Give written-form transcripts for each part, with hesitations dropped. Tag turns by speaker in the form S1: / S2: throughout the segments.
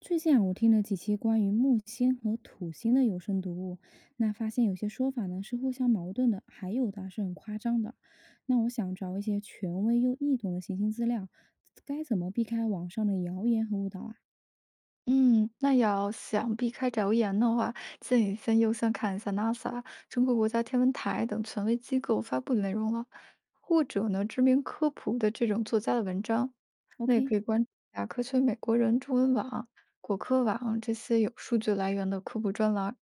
S1: 最近啊，我听了几期关于木星和土星的有声读物，那发现有些说法呢是互相矛盾的，还有的啊是很夸张的。那我想找一些权威又易懂的行星资料，该怎么避开网上的谣言和误导啊
S2: 嗯，那要想避开谣言的话，建议先优先看一下 NASA、中国国家天文台等权威机构发布的内容了，或者呢，知名科普的这种作家的文章。那也
S1: ？OK，
S2: 可以关注一下科学美国人中文网、果科网这些有数据来源的科普专栏，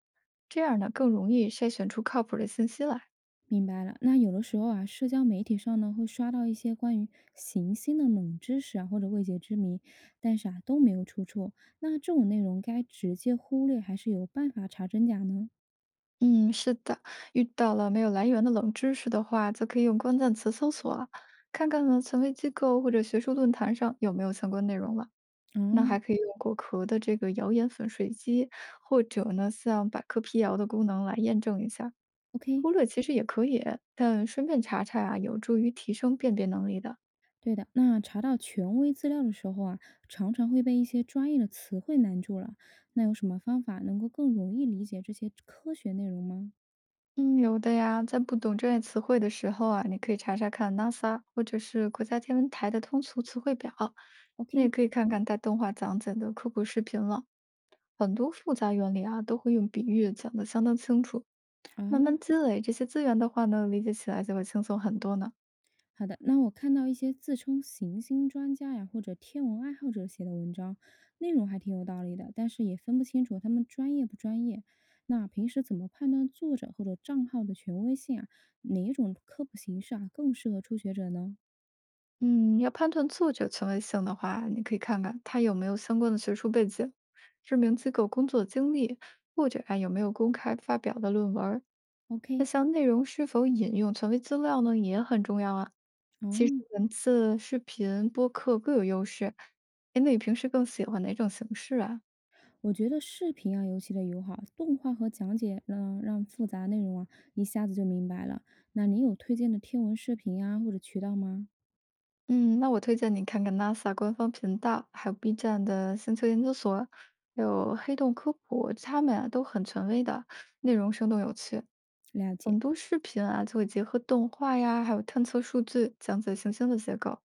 S2: 这样呢更容易筛选出靠谱的信息来。
S1: 明白了。那有的时候啊，社交媒体上呢会刷到一些关于行星的冷知识啊，或者未解之谜，但是啊都没有出处。那这种内容该直接忽略，还是有办法查真假呢？
S2: 嗯，是的，遇到了没有来源的冷知识的话，则可以用关键词搜索啊，看看呢权威机构或者学术论坛上有没有相关内容了。
S1: 啊
S2: 那还可以用果壳的这个谣言粉碎机，或者呢像百科辟谣的功能来验证一下。
S1: ，OK。
S2: 忽略其实也可以，但顺便查查啊，有助于提升辨别能力的。
S1: 对的，那查到权威资料的时候啊，常常会被一些专业的词汇难住了。那有什么方法能够更容易理解这些科学内容吗
S2: 嗯，有的呀，在不懂专业词汇的时候啊，你可以查查看 NASA 或者是国家天文台的通俗词汇表，那也
S1: ？OK，
S2: 可以看看带动画讲解的科普视频了。很多复杂原理啊，都会用比喻讲得相当清楚。
S1: 啊，
S2: 慢慢积累这些资源的话呢，理解起来就会轻松很多呢。
S1: 好的。那我看到一些自称行星专家呀，或者天文爱好者写的文章，内容还挺有道理的，但是也分不清楚他们专业不专业。那平时怎么判断作者或者账号的权威性啊？哪一种科普形式啊更适合初学者呢
S2: 嗯，要判断作者权威性的话，你可以看看他有没有相关的学术背景、知名机构工作经历，或者啊有没有公开发表的论文儿？那
S1: ？OK，
S2: 像内容是否引用权威资料呢，也很重要啊。
S1: 哦，
S2: 其实文字、视频、播客各有优势。哎，那你平时更喜欢哪种形式啊？
S1: 我觉得视频啊尤其的友好，动画和讲解呢，让复杂内容啊一下子就明白了。那你有推荐的天文视频啊或者渠道吗？
S2: 嗯，那我推荐你看看 NASA 官方频道，还有 B 站的星球研究所，还有黑洞科普，他们啊都很权威的，内容生动有趣。
S1: 了解，
S2: 很多视频啊就会结合动画呀，还有探测数据，讲解行星的结构。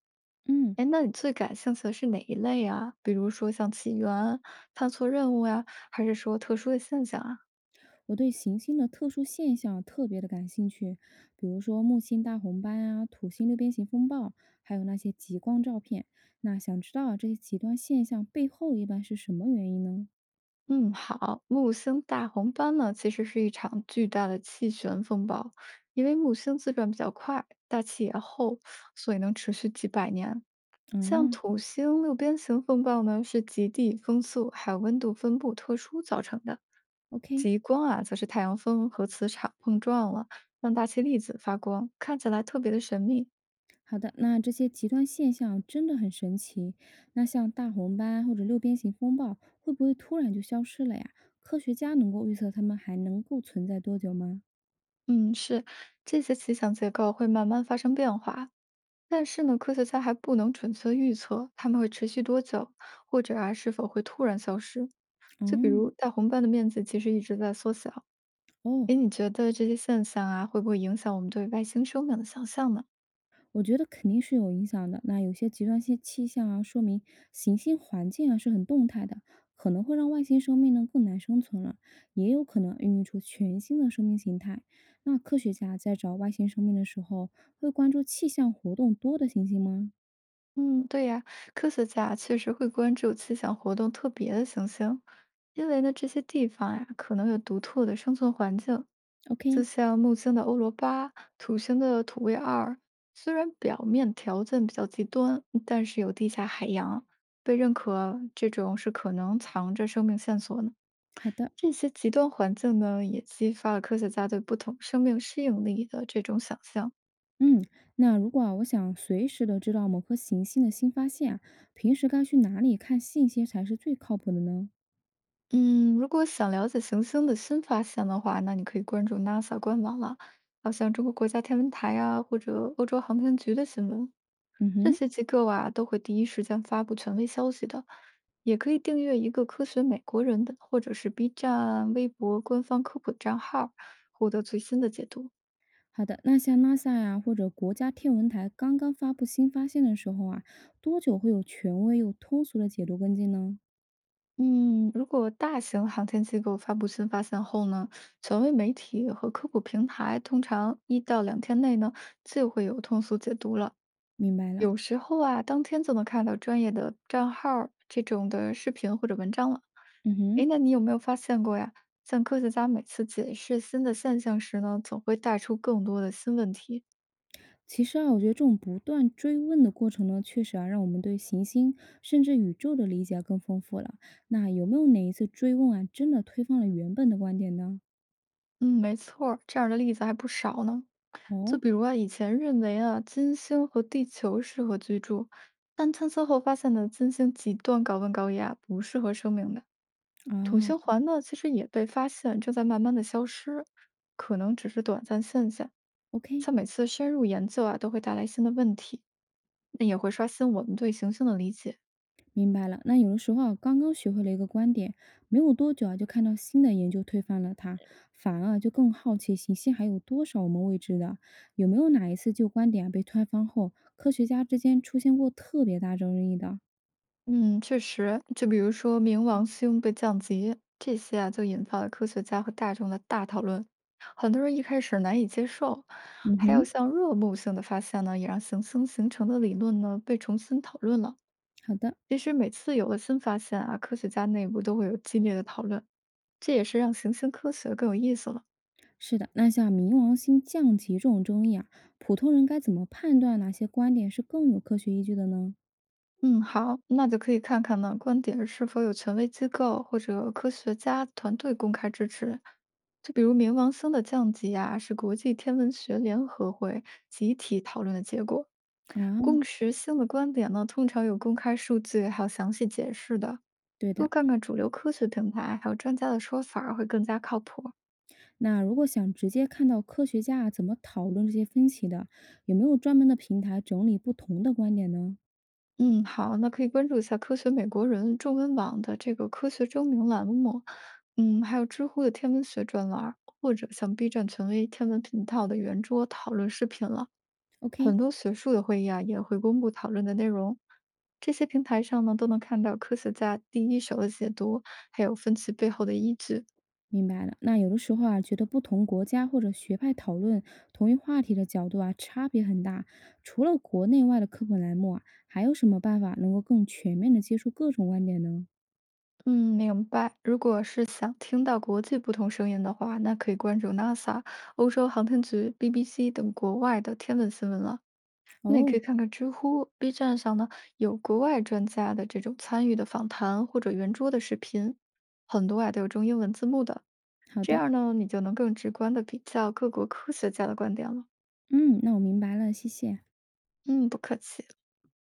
S1: 嗯，
S2: 哎，那你最感兴趣的是哪一类啊？比如说像起源、探索任务呀，还是说特殊的现象啊？
S1: 我对行星的特殊现象啊特别的感兴趣，比如说木星大红斑啊、土星六边形风暴，还有那些极光照片。那想知道啊这些极端现象背后一般是什么原因呢？
S2: 嗯，好，木星大红斑呢，其实是一场巨大的气旋风暴，因为木星自转比较快，大气也厚，所以能持续几百年。
S1: 啊
S2: 像土星六边形风暴呢，是极地风速还有温度分布特殊造成的。
S1: ，OK。
S2: 极光啊，则是太阳风和磁场碰撞了，让大气粒子发光，看起来特别的神秘。
S1: 好的，那这些极端现象真的很神奇。那像大红斑或者六边形风暴，会不会突然就消失了呀？科学家能够预测它们还能够存在多久吗？
S2: 嗯，是，这些气象结构会慢慢发生变化，但是呢，科学家还不能准确预测它们会持续多久，或者啊是否会突然消失。
S1: 哦
S2: 就比如大红斑的面积其实一直在缩小，
S1: 哦，
S2: 诶，你觉得这些现象啊会不会影响我们对外星生命的想象呢？
S1: 我觉得肯定是有影响的。那有些极端性气象啊，说明行星环境啊是很动态的，可能会让外星生命呢更难生存了，也有可能孕育出全新的生命形态。那科学家在找外星生命的时候，会关注气象活动多的行星吗
S2: 嗯，对呀，科学家啊确实会关注气象活动特别的行星，因为呢，这些地方呀可能有独特的生存环境，就
S1: ？OK，
S2: 像木星的欧罗巴、土星的土卫二，虽然表面条件比较极端，但是有地下海洋，被认可这种是可能藏着生命线索呢。
S1: 好的。
S2: 这些极端环境呢，也激发了科学家对不同生命适应力的这种想象。
S1: 嗯，那如果啊，我想随时的知道某颗行星的新发现啊，平时该去哪里看信息才是最靠谱的呢？
S2: 嗯，如果想了解行星的新发现的话，那你可以关注 NASA 官网了，还有像中国国家天文台啊，或者欧洲航天局的新闻，
S1: 嗯
S2: 这
S1: 哼，
S2: 些机构啊都会第一时间发布权威消息的。也可以订阅一个科学美国人的，或者是 B 站、微博官方科普账号，获得最新的解读。
S1: 好的，那像拉萨呀、或者国家天文台刚刚发布新发现的时候啊，多久会有权威又通俗的解读跟进呢？
S2: 嗯，如果大型航天机构发布新发现后呢，权威媒体和科普平台通常一到两天内呢，就会有通俗解读了。
S1: 明白了，
S2: 有时候啊，当天就能看到专业的账号儿这种的视频或者文章了。
S1: 嗯
S2: 诶，
S1: 哼。
S2: 那你有没有发现过呀？像科学家每次解释新的现象时呢，总会带出更多的新问题。
S1: 其实啊，我觉得这种不断追问的过程呢，确实啊，让我们对行星甚至宇宙的理解啊更丰富了。那有没有哪一次追问啊，真的推翻了原本的观点呢？
S2: 嗯，没错儿，这样的例子还不少呢。就
S1: 哦，
S2: 比如啊，以前认为啊，金星和地球适合居住，但探测后发现呢，金星极端高温高压，不适合生命的。土
S1: 啊
S2: 星环呢，其实也被发现正在慢慢的消失，可能只是短暂现象。
S1: ，OK，
S2: 像每次深入研究啊，都会带来新的问题，那也会刷新我们对行星的理解。
S1: 明白了，那有的时候啊，刚刚学会了一个观点，没有多久啊，就看到新的研究推翻了它，反而啊就更好奇行星还有多少我们未知的，有没有哪一次旧观点啊被推翻后，科学家之间出现过特别大争议的？
S2: 嗯，确实，就比如说冥王星被降级这些啊，就引发了科学家和大众的大讨论，很多人一开始难以接受。
S1: 嗯
S2: 还有
S1: 哼，
S2: 像热木星的发现呢，也让行星形成的理论呢被重新讨论了。
S1: 好的，
S2: 其实每次有了新发现啊，科学家内部都会有激烈的讨论，这也是让行星科学更有意思了。
S1: 是的，那像冥王星降级这种争议啊，普通人该怎么判断哪些观点是更有科学依据的呢？
S2: 嗯，好，那就可以看看呢，观点是否有权威机构或者科学家团队公开支持。就比如冥王星的降级啊，是国际天文学联合会集体讨论的结果。
S1: 啊，
S2: 共识性的观点呢，通常有公开数据，还有详细解释的。
S1: 对
S2: 多
S1: 的，
S2: 看看主流科学平台还有专家的说法儿会更加靠谱。
S1: 那如果想直接看到科学家啊怎么讨论这些分歧的，有没有专门的平台整理不同的观点呢
S2: 嗯，好，那可以关注一下《科学美国人》中文网的这个科学征名栏目，嗯，还有知乎的天文学专栏儿，或者像 B 站权威天文频道的圆桌讨论视频了。
S1: ？OK，
S2: 很多学术的会议啊，也会公布讨论的内容。这些平台上呢，都能看到科学家第一手的解读，还有分析背后的依据。
S1: 明白了。那有的时候啊，觉得不同国家或者学派讨论同一话题的角度啊，差别很大。除了国内外的科普栏目啊，还有什么办法能够更全面的接触各种观点呢？
S2: 嗯，明白。如果是想听到国际不同声音的话，那可以关注 NASA、欧洲航天局、BBC 等国外的天文新闻了。那也可
S1: 哦，
S2: 以看看知乎、B 站上呢有国外专家的这种参与的访谈或者圆桌的视频，很多啊都有中英文字幕的，
S1: 好
S2: 这
S1: 的，
S2: 样呢你就能更直观的比较各国科学家的观点了。
S1: 嗯，那我明白了，谢谢。
S2: 嗯，不客气。